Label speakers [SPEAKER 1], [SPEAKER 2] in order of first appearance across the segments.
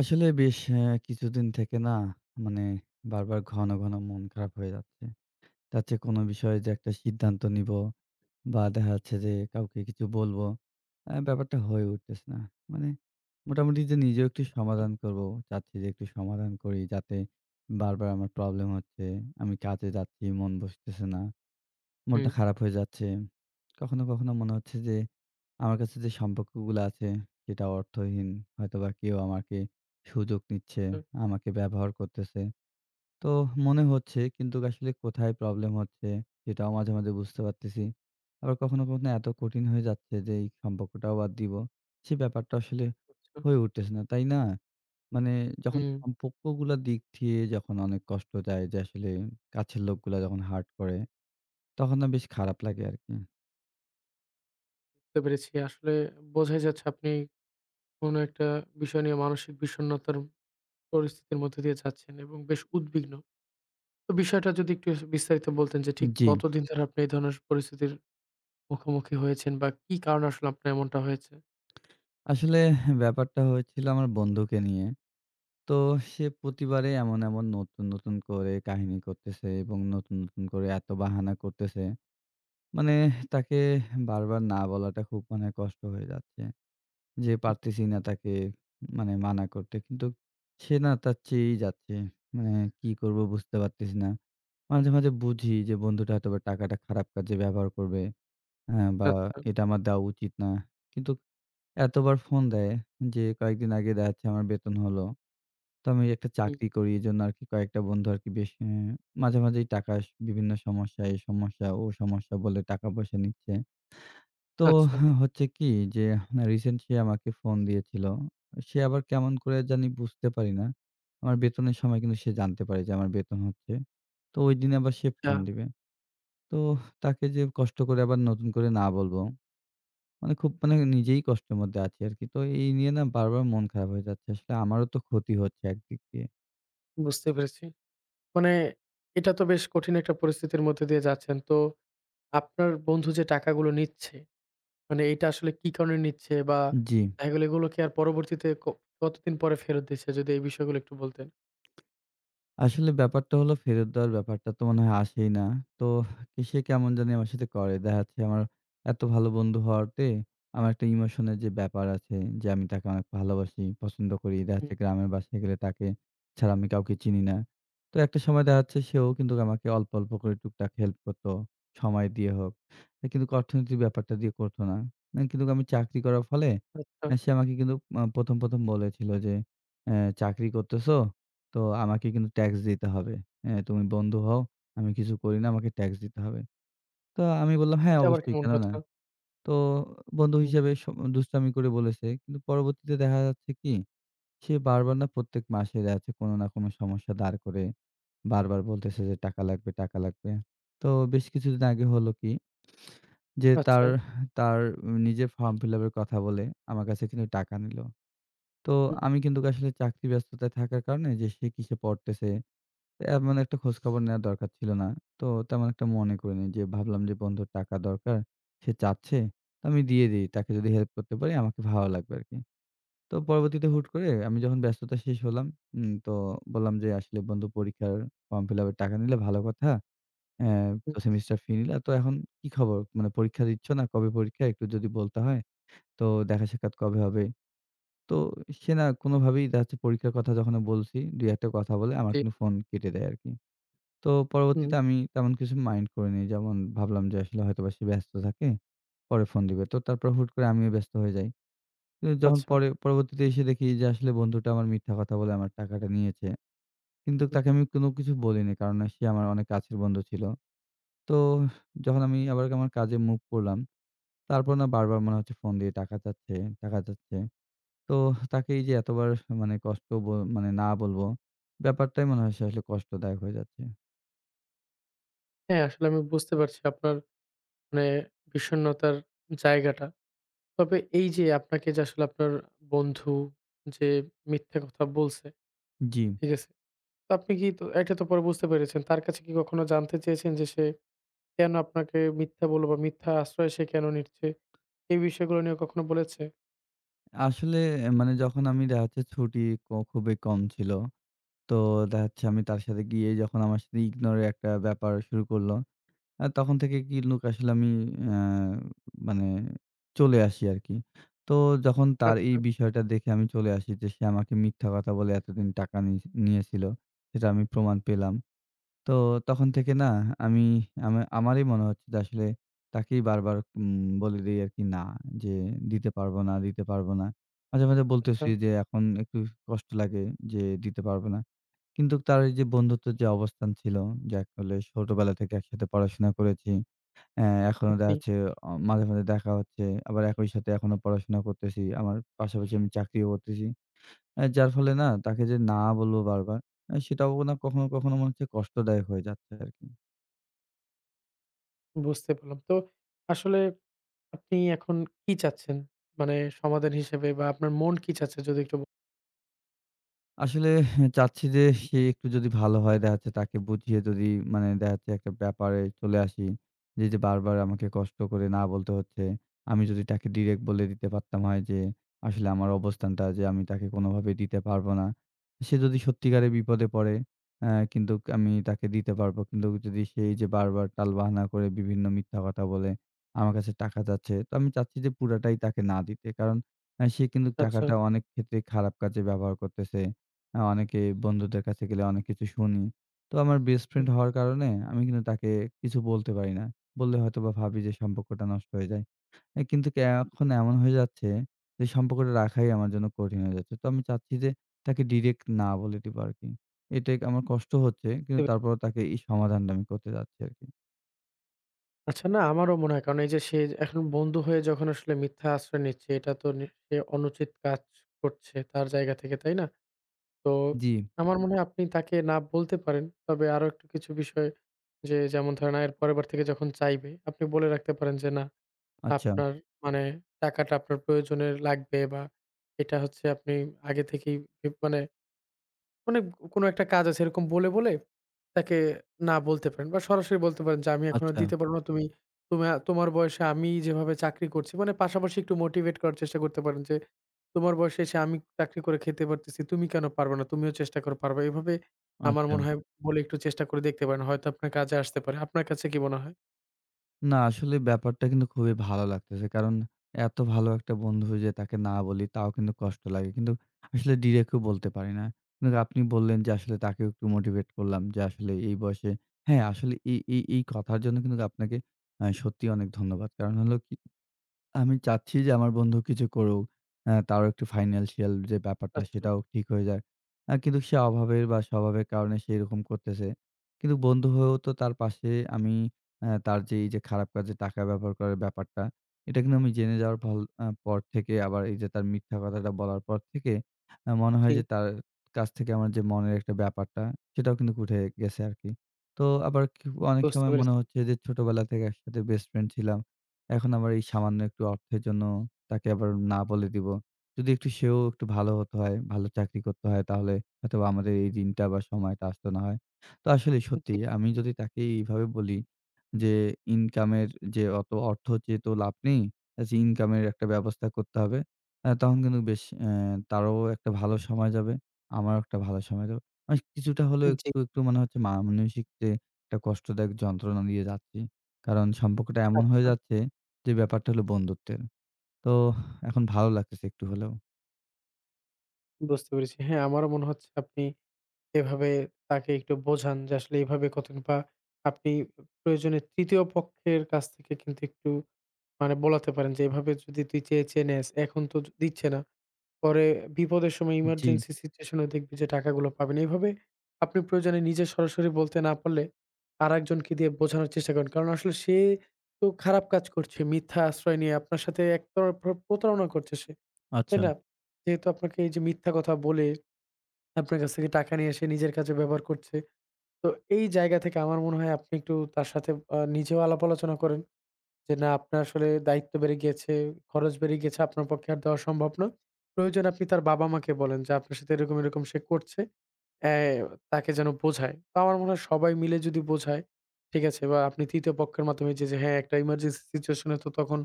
[SPEAKER 1] আসলে বেশ কিছুদিন থেকে না, মানে, বারবার ঘন, ঘন মন খারাপ হয়ে যাচ্ছে। যাচ্ছে কোনো বিষয়ে যে একটা সিদ্ধান্ত নিবো বা দেখা যাচ্ছে যে কাউকে কিছু বলবো, ব্যাপারটা হয়ে উঠতেছে না। মানে মোটামুটি যে নিজেও একটু
[SPEAKER 2] আচ্ছা,
[SPEAKER 1] সমাধান করবো, চাচ্ছি যে একটু সমাধান করি যাতে বারবার আমার প্রবলেম হচ্ছে। আমি কাজে যাচ্ছি, মন বসতেছে না।
[SPEAKER 2] হুম,
[SPEAKER 1] মনটা খারাপ হয়ে যাচ্ছে। কখনো, কখনো মনে হচ্ছে যে আমার কাছে যে সম্পর্কগুলো আছে সেটা অর্থহীন। হয়তোবা কেউ আমাকে সুযোগ নিচ্ছে, আমাকে ব্যবহার করতেছে। তো মনে হচ্ছে, কিন্তু আসলে কোথায় প্রবলেম হচ্ছে সেটাও মাঝে, মাঝে বুঝতে পারতেছি। আবার কখনো, কখনো এত কঠিন হয়ে যাচ্ছে যে এই সম্পর্কটাও বাদ দিব। সে ব্যাপারটা আসলে
[SPEAKER 2] আচ্ছা,
[SPEAKER 1] হয়ে উঠতেছে না, তাই না? মানে যখন
[SPEAKER 2] হুম,
[SPEAKER 1] সম্পর্কগুলার দিক দিয়ে যখন অনেক কষ্ট যায় যে আসলে কাছের লোকগুলা যখন হার্ট করে তখন না বেশ খারাপ লাগে আরকি।
[SPEAKER 2] বুঝতে পেরেছি। আসলে বোঝাই যাচ্ছে আপনি কোনো একটা বিষয় নিয়ে মানসিক বিষণ্ণতার পরিস্থিতির মধ্যে দিয়ে যাচ্ছেন এবং বেশ উদ্বিগ্ন। তো বিষয়টা যদি একটু বিস্তারিত বলতেন যে ঠিক
[SPEAKER 1] জি।
[SPEAKER 2] কতদিন ধরে আপনি এই ধরনের পরিস্থিতির মুখোমুখি হয়েছেন বা কি কারণে আসলে আপনার এমনটা হয়েছে?
[SPEAKER 1] আসলে ব্যাপারটা হয়েছিল আমার বন্ধুকে নিয়ে। তো সে
[SPEAKER 2] হুম,
[SPEAKER 1] প্রতিবারে এমন, এমন নতুন, নতুন করে কাহিনী করতেছে এবং নতুন, নতুন করে এত বাহানা করতেছে। মানে তাকে বারবার না বলাটা খুব মানে কষ্ট হয়ে যাচ্ছে। যে
[SPEAKER 2] হুম,
[SPEAKER 1] পারতেছি না তাকে মানে মানা করতে। কিন্তু সে না তার চেয়েই যাচ্ছে। মানে কি করব বুঝতে পারতেছি না। মাঝে, মাঝে বুঝি যে বন্ধুটা হয়তোবা টাকাটা খারাপ কাজে ব্যবহার করবে। হ্যাঁ, বা
[SPEAKER 2] আচ্ছা,
[SPEAKER 1] এটা আমার দেওয়া উচিত না। কিন্তু এতবার ফোন দেয় যে কয়েকদিন আগে দেখা যাচ্ছে আমার বেতন হলো। তো আমি একটা
[SPEAKER 2] হুম,
[SPEAKER 1] চাকরি করি এজন্য আরকি কয়েকটা বন্ধু আরকি বেশ মাঝে, মাঝেই টাকা স বিভিন্ন সমস্যা, এই সমস্যা, ও সমস্যা বলে টাকা-পয়সা নিচ্ছে। তো
[SPEAKER 2] আচ্ছা,
[SPEAKER 1] হচ্ছে কি যে রিসেন্ট সে আমাকে ফোন দিয়েছিল। সে আবার কেমন করে জানি বুঝতে পারি না। আমার বেতনের সময় কিন্তু সে জানতে পারে যে আমার বেতন হচ্ছে। তো ঐদিন আবার সে
[SPEAKER 2] আচ্ছা,
[SPEAKER 1] ফোন দিবে। তো তাকে যে কষ্ট করে আবার নতুন করে না বলবো মানে খুব মানে নিজেই কষ্টের মধ্যে আছি আরকি। তো এই নিয়ে না বারবার মন খারাপ হয়ে যাচ্ছে। আসলে আমারও তো ক্ষতি হচ্ছে একদিক দিয়ে।
[SPEAKER 2] বুঝতে পেরেছি। মানে এটা তো বেশ কঠিন একটা পরিস্থিতির মধ্যে দিয়ে যাচ্ছেন। তো আপনার বন্ধু যে টাকাগুলো নিচ্ছে মানে এইটা আসলে কি কারণে নিচ্ছে? বা
[SPEAKER 1] জি।
[SPEAKER 2] দেখা গেল এগুলোকে আর পরবর্তীতে কতদিন পরে ফেরত দিচ্ছে? যদি এই বিষয়গুলো একটু বলতেন।
[SPEAKER 1] আসলে ব্যাপারটা হলো ফেরত দেওয়ার ব্যাপারটা তো মনে হয় আসেই না। তো সে কেমন জানি আমার সাথে করে। দেখা যাচ্ছে আমার এত ভালো বন্ধু হওয়াতে আমার একটা ইমোশনের যে ব্যাপার আছে যে আমি তাকে অনেক ভালোবাসি, পছন্দ করি। দেখা
[SPEAKER 2] হুম,
[SPEAKER 1] যাচ্ছে গ্রামের বাসায় গেলে তাকে ছাড়া আমি কাউকে চিনি না। তো একটা সময় দেখা যাচ্ছে সেও কিন্তু আমাকে অল্প, অল্প করে টুকটাক হেল্প করত। সময় দিয়ে হোক। তা কিন্তু অর্থনীতির ব্যাপারটা দিয়ে করত না। না কিন্তু আমি চাকরি করার ফলে
[SPEAKER 2] আচ্ছা।
[SPEAKER 1] সে আমাকে কিন্তু ১ম বলেছিল যে, "অ্যা চাকরি করতেছো? তো আমাকে কিন্তু ট্যাক্স দিতে হবে। হ্যাঁ, তুমি বন্ধু হও, আমি কিছু করি না, আমাকে ট্যাক্স দিতে হবে। তো আমি বললাম, "হ্যাঁ,
[SPEAKER 2] এটা আবার
[SPEAKER 1] অবশ্যই,
[SPEAKER 2] কেমন
[SPEAKER 1] কেন না?"
[SPEAKER 2] কথা?
[SPEAKER 1] তো বন্ধু
[SPEAKER 2] হুম,
[SPEAKER 1] হিসেবে স দুষ্টামি করে বলেছে। কিন্তু পরবর্তীতে দেখা যাচ্ছে কি, সে বারবার না প্রত্যেক মাসে দেখা যাচ্ছে কোনো না কোনো সমস্যা দাঁড় করে বারবার বলতেছে যে, "টাকা লাগবে, টাকা লাগবে।" তো বেশ কিছুদিন আগে হলো কি যে তার,
[SPEAKER 2] আচ্ছা।
[SPEAKER 1] তার নিজের ফর্ম ফিল-আপ এর কথা বলে আমার কাছে কিন্তু টাকা নিল। তো
[SPEAKER 2] হুম,
[SPEAKER 1] আমি কিন্তু আসলে চাকরি ব্যস্ততায় থাকার কারণে যে সে কিসে পড়তেছে এমন একটা খোঁজখবর নেওয়া দরকার ছিল না। তো তেমন একটা মনে করিনি যে ভাবলাম যে বন্ধুর টাকা দরকার। সে চাচ্ছে, তো আমি দিয়ে দেই। তাকে যদি হেল্প করতে পারি আমাকে ভালো লাগবে আরকি। তো পরবর্তীতে হুট করে আমি যখন ব্যস্ততা শেষ হলাম, তো বললাম যে আসলে বন্ধু পরীক্ষার ফর্ম ফিলাপের টাকা নিলে ভালো কথা। অ্যা
[SPEAKER 2] হুম,
[SPEAKER 1] তো সেমিস্টার ফি নিলা। তো এখন কি খবর? মানে পরীক্ষা দিচ্ছ না? কবে পরীক্ষা? একটু যদি বলতে হয়। তো দেখা সাক্ষাৎ কবে হবে? তো সে না কোনোভাবেই দেখা যাচ্ছে পরীক্ষার কথা যখন বলছি ২-১ টা কথা বলে আমার
[SPEAKER 2] জি।
[SPEAKER 1] কিন্তু ফোন কেটে দেয় আরকি। তো
[SPEAKER 2] হুম,
[SPEAKER 1] পরবর্তীতে আমি তেমন কিছু মাইন্ড করিনি। যেমন ভাবলাম যে আসলে হয়তোবা সে ব্যস্ত থাকে, পরে ফোন দিবে। তো তারপর হুট করে আমিও ব্যস্ত হয়ে যাই। তো যখন
[SPEAKER 2] আচ্ছা।
[SPEAKER 1] পরে পরবর্তীতে এসে দেখি যে আসলে বন্ধুটা আমার মিথ্যা কথা বলে আমার টাকাটা নিয়েছে। কিন্তু
[SPEAKER 2] হুম।
[SPEAKER 1] তাকে আমি কোনো কিছু বলিনি। কারণ সে আমার অনেক কাছের বন্ধু ছিল। তো যখন আমি আবার আমার কাজে মুভ করলাম, তারপর না বারবার মনে হচ্ছে ফোন দিয়ে টাকা চাচ্ছে, টাকা চাচ্ছে। তো তাকে এই যে এতবার মানে কষ্ট ব মানে না বলবো, ব্যাপারটাই মনে হয় সে আসলে কষ্টদায়ক হয়ে যাচ্ছে।
[SPEAKER 2] হ্যাঁ, আসলে আমি বুঝতে পারছি আপনার মানে বিষণ্ণতার জায়গাটা। তবে এই যে আপনাকে যে আসলে আপনার বন্ধু যে মিথ্যা কথা বলছে,
[SPEAKER 1] জি।
[SPEAKER 2] ঠিক আছে? তো আপনি কি তো এটা তো পরে বুঝতে পেরেছেন। তার কাছে কি কখনো জানতে চেয়েছেন যে সে কেন আপনাকে মিথ্যা বলল বা মিথ্যা আশ্রয় সে কেন নিচ্ছে? এই বিষয়গুলো নিয়ে কখনো বলেছে?
[SPEAKER 1] আসলে মানে যখন আমি দেখা যাচ্ছে ছুটি ক খুবই কম ছিল। তো দেখা যাচ্ছে আমি তার সাথে গিয়ে যখন আমার সাথে ইগনোর এর একটা ব্যাপার শুরু করল, তখন থেকে কিন্তু আসলে আমি আ মানে চলে আসি আরকি। তো যখন তার এই
[SPEAKER 2] আচ্ছা,
[SPEAKER 1] বিষয়টা দেখে আমি চলে আসি যে সে আমাকে মিথ্যা কথা বলে এতদিন টাকা নিয়েছিল, সেটা আমি প্রমাণ পেলাম। তো তখন থেকে না আমি আমারই মনে হচ্ছে যে আসলে তাকেই বারবার বলে দেই আরকি না যে, "দিতে পারব না, দিতে পারব না।" মাঝে, মাঝে
[SPEAKER 2] আচ্ছা।
[SPEAKER 1] বলতেছি যে এখন একটু কষ্ট লাগে যে দিতে পারব না। কিন্তু তার এই যে বন্ধুত্বের যে অবস্থান ছিল, যে আসলে ছোটবেলা থেকে একসাথে পড়াশোনা করেছি। অ্যা এখনো দেখা
[SPEAKER 2] জি,
[SPEAKER 1] যাচ্ছে মাঝে, মাঝে দেখা হচ্ছে। আবার একই সাথে এখনো পড়াশোনা করতেছি। আমার পাশাপাশি আমি চাকরিও করতেছি। যার ফলে না তাকে যে না বলবো বারবার, সেটাও না কখনো, কখনো মনে হচ্ছে কষ্টদায়ক হয়ে যাচ্ছে আরকি।
[SPEAKER 2] বুঝতে পারলাম। তো আসলে আপনি এখন কি চাচ্ছেন? মানে সমাধান হিসেবে বা আপনার মন কি চাচ্ছে যদি একটু বল
[SPEAKER 1] আসলে চাচ্ছি যে সে একটু যদি ভালো হয় দেখা যাচ্ছে তাকে বুঝিয়ে যদি মানে দেখা যাচ্ছে একটা ব্যাপারে চলে আসি। যে বারবার আমাকে কষ্ট করে না বলতে হচ্ছে। আমি যদি তাকে ডিরেক্ট বলে দিতে পারতাম হয় যে আসলে আমার অবস্থানটা যে আমি তাকে কোনোভাবেই দিতে পারবো না। সে যদি সত্যিকারের বিপদে পড়ে কিন্তু আমি তাকে দিতে পারবো। কিন্তু যদি সে এই যে বারবার টালবাহানা করে বিভিন্ন মিথ্যা কথা বলে আমার কাছে টাকা চাচ্ছে। তো আমি চাচ্ছি যে পুরাটাই তাকে না দিতে। কারণ সে কিন্তু
[SPEAKER 2] আচ্ছা।
[SPEAKER 1] টাকাটা অনেক ক্ষেত্রে খারাপ কাজে ব্যবহার করতেছে। অনেকে বন্ধুদের কাছে গেলে অনেক কিছু শুনি। তো আমার বেস্ট ফ্রেন্ড
[SPEAKER 2] হুম।
[SPEAKER 1] হওয়ার কারণে আমি কিন্তু তাকে কিছু বলতে পারি না। বললে হয়তোবা ভাবি যে সম্পর্কটা নষ্ট হয়ে যায়। এ কিন্তু কে এখন এমন হয়ে যাচ্ছে যে সম্পর্কটা রাখাই আমার জন্য কঠিন হয়ে যাচ্ছে। তো আমি চাচ্ছি যে তাকে ডিরেক্ট না বলে দিব আরকি। এটাই আমার কষ্ট হচ্ছে
[SPEAKER 2] বুঝতে
[SPEAKER 1] কিন্তু
[SPEAKER 2] পে
[SPEAKER 1] তারপরেও তাকে এই সমাধানটা আমি করতে চাচ্ছি আরকি।
[SPEAKER 2] আচ্ছা, না আমারও মনে হয় কারণ এই যে সে এখন বন্ধু হয়ে যখন আসলে মিথ্যা আশ্রয় নিচ্ছে এটা তো সে অনুচিত কাজ করছে তার জায়গা থেকে, তাই না? তো
[SPEAKER 1] জি,
[SPEAKER 2] আমার মনে হয় আপনি তাকে না বলতে পারেন। তবে আরো একটু কিছু বিষয় যে যেমন ধরেন এর পরেরবার থেকে যখন চাইবে আপনি বলে রাখতে পারেন যে না
[SPEAKER 1] আচ্ছা,
[SPEAKER 2] আপনার মানে টাকাটা আপনার প্রয়োজনে লাগবে বা এটা হচ্ছে আপনি আগে থেকেই মানে মানে কোনো একটা কাজ আছে এরকম বলে, বলে তাকে না বলতে পারেন বা সরাসরি বলতে পারেন যে, "আমি এখন আর
[SPEAKER 1] আচ্ছা,
[SPEAKER 2] দিতে পারব না। তুমি তোমার বয়সে আমি যেভাবে চাকরি করছি" মানে পাশাপাশি একটু মোটিভেট করার চেষ্টা করতে পারেন যে, "তোমার বয়সে এসে আমি চাকরি করে খেতে পারতেছি। তুমি কেন পারবে না? তুমিও চেষ্টা করে পারবা।" এভাবে আমার
[SPEAKER 1] আচ্ছা।
[SPEAKER 2] মনে হয় বলে একটু চেষ্টা করে দেখতে পারেন। হয়তো আপনার কাজে আসতে পারে। আপনার কাছে কি মনে হয়?
[SPEAKER 1] না, আসলে ব্যাপারটা কিন্তু খুবই ভালো লাগতেছে। কারণ এত ভালো একটা বন্ধু যে তাকে না বলি তাও কিন্তু কষ্ট লাগে। কিন্তু আসলে ডিরেক্টও বলতে পারি না। কিন্তু আপনি বললেন যে আসলে তাকেও একটু মোটিভেট করলাম যে আসলে এই বয়সে হ্যাঁ, আসলে এই এই এই কথার জন্য কিন্তু আপনাকে সত্যিই অনেক ধন্যবাদ। কারণ হলো কি আমি চাচ্ছি যে আমার বন্ধু কিছু করুক। তারও একটু ফাইন্যান্সিয়াল যে ব্যাপারটা
[SPEAKER 2] আচ্ছা,
[SPEAKER 1] সেটাও ঠিক হয়ে যায়। কিন্তু সে অভাবের বা স্বভাবের কারণে সে এরকম করতেছে। কিন্তু বন্ধু হয়েও তো তার পাশে আমি তার যে এই যে খারাপ কাজে টাকা ব্যবহার করার ব্যাপারটা, এটা কিন্তু আমি জেনে যাওয়ার ফল পর থেকে আবার এই যে তার মিথ্যা কথাটা বলার পর থেকে মনে হয়
[SPEAKER 2] জি,
[SPEAKER 1] যে তার কাছ থেকে আমার যে মনের একটা ব্যাপারটা সেটাও কিন্তু উঠে গেছে আরকি। তো আবার কি অনেক
[SPEAKER 2] বুঝতে
[SPEAKER 1] সময় মনে
[SPEAKER 2] পেরেছি।
[SPEAKER 1] হচ্ছে যে ছোটবেলা থেকে একসাথে বেস্ট ফ্রেন্ড ছিলাম। এখন আবার এই সামান্য একটু অর্থের জন্য তাকে আবার না বলে দিব। যদি একটু সেও একটু ভালো হতে হয়, ভালো চাকরি করতে হয় তাহলে হয়তোবা আমাদের এই দিনটা বা সময়টা আসতো না হয়। তো আসলে সত্যি
[SPEAKER 2] জি,
[SPEAKER 1] আমি যদি তাকে এইভাবে বলি যে ইনকামের যে অত অর্থ চেয়ে তো লাভ নেই। আচ্ছা, ইনকামের একটা ব্যবস্থা করতে হবে। তখন কিন্তু বেশ তারও একটা ভালো সময় যাবে, আমারও একটা ভালো সময় যাবে। মানে কিছুটা হলেও
[SPEAKER 2] জি।
[SPEAKER 1] একটু, একটু মনে হচ্ছে মানসিক যে একটা কষ্টদায়ক যন্ত্রণা দিয়ে যাচ্ছি। কারণ সম্পর্কটা এমন হয়ে
[SPEAKER 2] আচ্ছা,
[SPEAKER 1] যাচ্ছে যে ব্যাপারটা হলো বন্ধুত্বের। তো এখন ভালো লাগতেছে একটু হলেও।
[SPEAKER 2] বুঝতে পেরেছি। হ্যাঁ, আমারও মনে হচ্ছে আপনি এভাবে তাকে একটু বোঝান যে আসলে এভাবে কতদিন বা আপনি প্রয়োজনে ৩য় পক্ষের কাছ থেকে কিন্তু একটু মানে বলাতে পারেন যে, "এভাবে যদি তুই চেয়ে, চেয়ে নেস, এখন তো দিচ্ছে না। পরে বিপদের সময়
[SPEAKER 1] জি,
[SPEAKER 2] ইমার্জেন্সি সিচুয়েশন এ দেখবি যে টাকাগুলো পাবি না।" এভাবে আপনি প্রয়োজনে নিজে সরাসরি বলতে না পারলে আরেকজনকে দিয়ে বোঝানোর চেষ্টা করেন। কারণ আসলে সে তো খারাপ কাজ করছে। মিথ্যা আশ্রয় নিয়ে আপনার সাথে এক তরফ প্রতারণা করছে সে। তাই
[SPEAKER 1] আচ্ছা।
[SPEAKER 2] না? যেহেতু আপনাকে এই যে মিথ্যা কথা বলে আপনার কাছ থেকে টাকা নিয়ে এসে নিজের কাজে ব্যবহার করছে। তো এই জায়গা থেকে আমার মনে হয় আপনি একটু তার সাথে নিজেও আলাপ আলোচনা করেন। যে না আপনার আসলে দায়িত্ব বেড়ে গিয়েছে, খরচ বেড়ে গিয়েছে, আপনার পক্ষে আর দেওয়া সম্ভব না। প্রয়োজন আপনি তার বাবা-মাকে বলেন যে আপনার সাথে এরকম, এরকম সে করছে। অ্যা তাকে যেন বোঝায়। তো আমার মনে হয় সবাই মিলে যদি বোঝায়, ঠিক আছে? বা আপনি ৩য় পক্ষের মাধ্যমে যে, যে হ্যাঁ, একটা ইমার্জেন্সি সিচুয়েশন এ তো তখন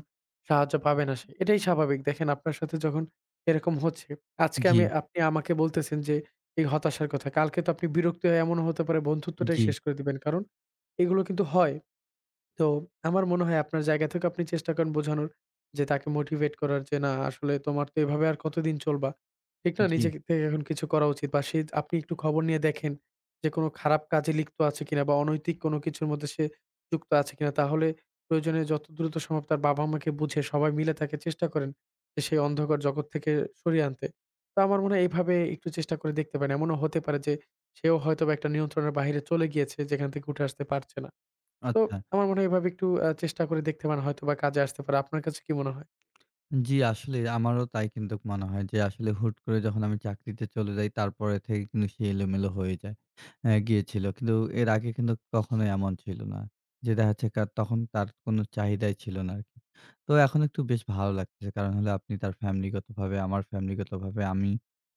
[SPEAKER 2] সাহায্য পাবে না সে। এটাই স্বাভাবিক। দেখেন আপনার সাথে যখন এরকম হচ্ছে, আজকে
[SPEAKER 1] জি,
[SPEAKER 2] আমি আপনি আমাকে বলতেছেন যে এই হতাশার কথা। কালকে তো আপনি বিরক্ত হয়ে এমনও হতে পারে বন্ধুত্বটাই
[SPEAKER 1] জি,
[SPEAKER 2] শেষ করে দিবেন। কারণ এগুলো কিন্তু হয়। তো আমার মনে হয় আপনার জায়গা থেকে আপনি চেষ্টা করেন বোঝানোর যে তাকে মোটিভেট করার যে না আসলে তোমার তো এভাবে আর কতদিন চলবা। ঠিক না?
[SPEAKER 1] জি,
[SPEAKER 2] নিজে থেকে এখন কিছু করা উচিত বা সে আপনি একটু খবর নিয়ে দেখেন যে কোনো খারাপ কাজে লিপ্ত আছে কিনা বা অনৈতিক কোনো কিছুর মধ্যে সে যুক্ত আছে কিনা। তাহলে প্রয়োজনে যত দ্রুত সম্ভব তার বাবা-মাকে বুঝিয়ে সবাই মিলে তাকে চেষ্টা করেন যে সেই অন্ধকার জগৎ থেকে সরিয়ে আনতে। তো আমার মনে হয় এভাবে একটু চেষ্টা করে দেখতে পারেন। এমনও হতে পারে যে সেও হয়তোবা একটা নিয়ন্ত্রণের বাহিরে চলে গিয়েছে যেখান থেকে উঠে আসতে পারছে না। তো
[SPEAKER 1] আচ্ছা।
[SPEAKER 2] আমার মনে হয় এভাবে একটু চেষ্টা করে দেখতে পারেন হয়তোবা কাজে আসতে পারে। আপনার কাছে কি মনে হয়?
[SPEAKER 1] জি, আসলে আমারও তাই কিন্তুক মনে হয় যে আসলে হুট করে যখন আমি চাকরিতে চলে যাই তারপরে থেকে কিন্তু সে এলোমেলো হয়ে যায়। গিয়েছিল। কিন্তু এর আগে কিন্তু কখনোই এমন ছিল না। যে দেখা যাচ্ছে কা তখন তার কোনো চাহিদাই ছিল না আরকি। তো এখন একটু বেশ ভালো লাগতেছে। কারণ হলো আপনি তার ফ্যামিলিগতভাবে, আমার ফ্যামিলিগতভাবে আমি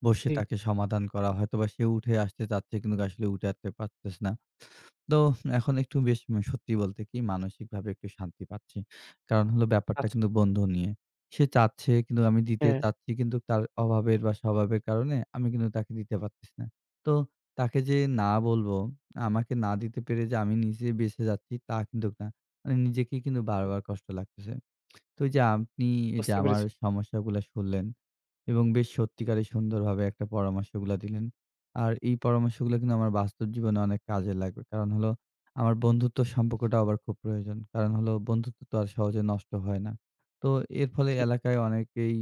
[SPEAKER 1] বসে
[SPEAKER 2] জি।
[SPEAKER 1] তাকে সমাধান করা হয়তোবা সে উঠে আসতে চাচ্ছে কিন্তু আসলে উঠে আসতে পারতেছে না। তো
[SPEAKER 2] হুম,
[SPEAKER 1] এখন একটু বেশ সত্যি বলতে কি মানসিকভাবে একটু শান্তি পাচ্ছি। কারণ হলো ব্যাপারটা
[SPEAKER 2] আচ্ছা।
[SPEAKER 1] কিন্তু বন্ধু নিয়ে। সে চাচ্ছে কিন্তু আমি দিতে
[SPEAKER 2] হ্যাঁ,
[SPEAKER 1] চাচ্ছি কিন্তু তার অভাবের বা স্বভাবের কারণে আমি কিন্তু তাকে দিতে পারতেছি না। তো তাকে যে না বলব, আমাকে না দিতে পেরে যে আমি নিজে বেঁচে যাচ্ছি তা কিন্তু না। মানে নিজেকেই কিন্তু
[SPEAKER 2] জি,
[SPEAKER 1] বারবার কষ্ট লাগতেছে। তো ওই যে আপনি এই যে
[SPEAKER 2] বুঝতে
[SPEAKER 1] আমার
[SPEAKER 2] পেরেছি।
[SPEAKER 1] সমস্যাগুলা শুনলেন এবং বেশ সত্যিকারের সুন্দরভাবে একটা পরামর্শগুলা দিলেন। আর এই পরামর্শগুলা কিন্তু আমার বাস্তব জীবনে অনেক কাজে লাগবে। কারণ হলো আমার বন্ধুত্ব সম্পর্কটাও আবার খুব প্রয়োজন। কারণ হলো বন্ধুত্ব তো আর সহজে নষ্ট হয় না। তো এর ফলে
[SPEAKER 2] জি।
[SPEAKER 1] এলাকায় অনেকেই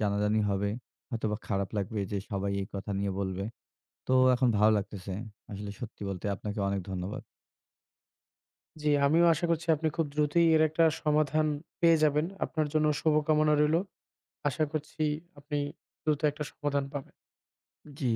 [SPEAKER 1] জানাজানি হবে। হয়তোবা খারাপ লাগবে যে সবাই এই কথা নিয়ে বলবে। তো এখন ভালো লাগতেছে। আসলে সত্যি বলতে আপনাকে অনেক ধন্যবাদ।
[SPEAKER 2] জি, আমিও আশা করছি আপনি খুব দ্রুতই এর একটা সমাধান পেয়ে যাবেন। আপনার জন্য শুভকামনা রইলো। আশা করছি আপনি দ্রুত একটা সমাধান পাবেন।
[SPEAKER 1] জি।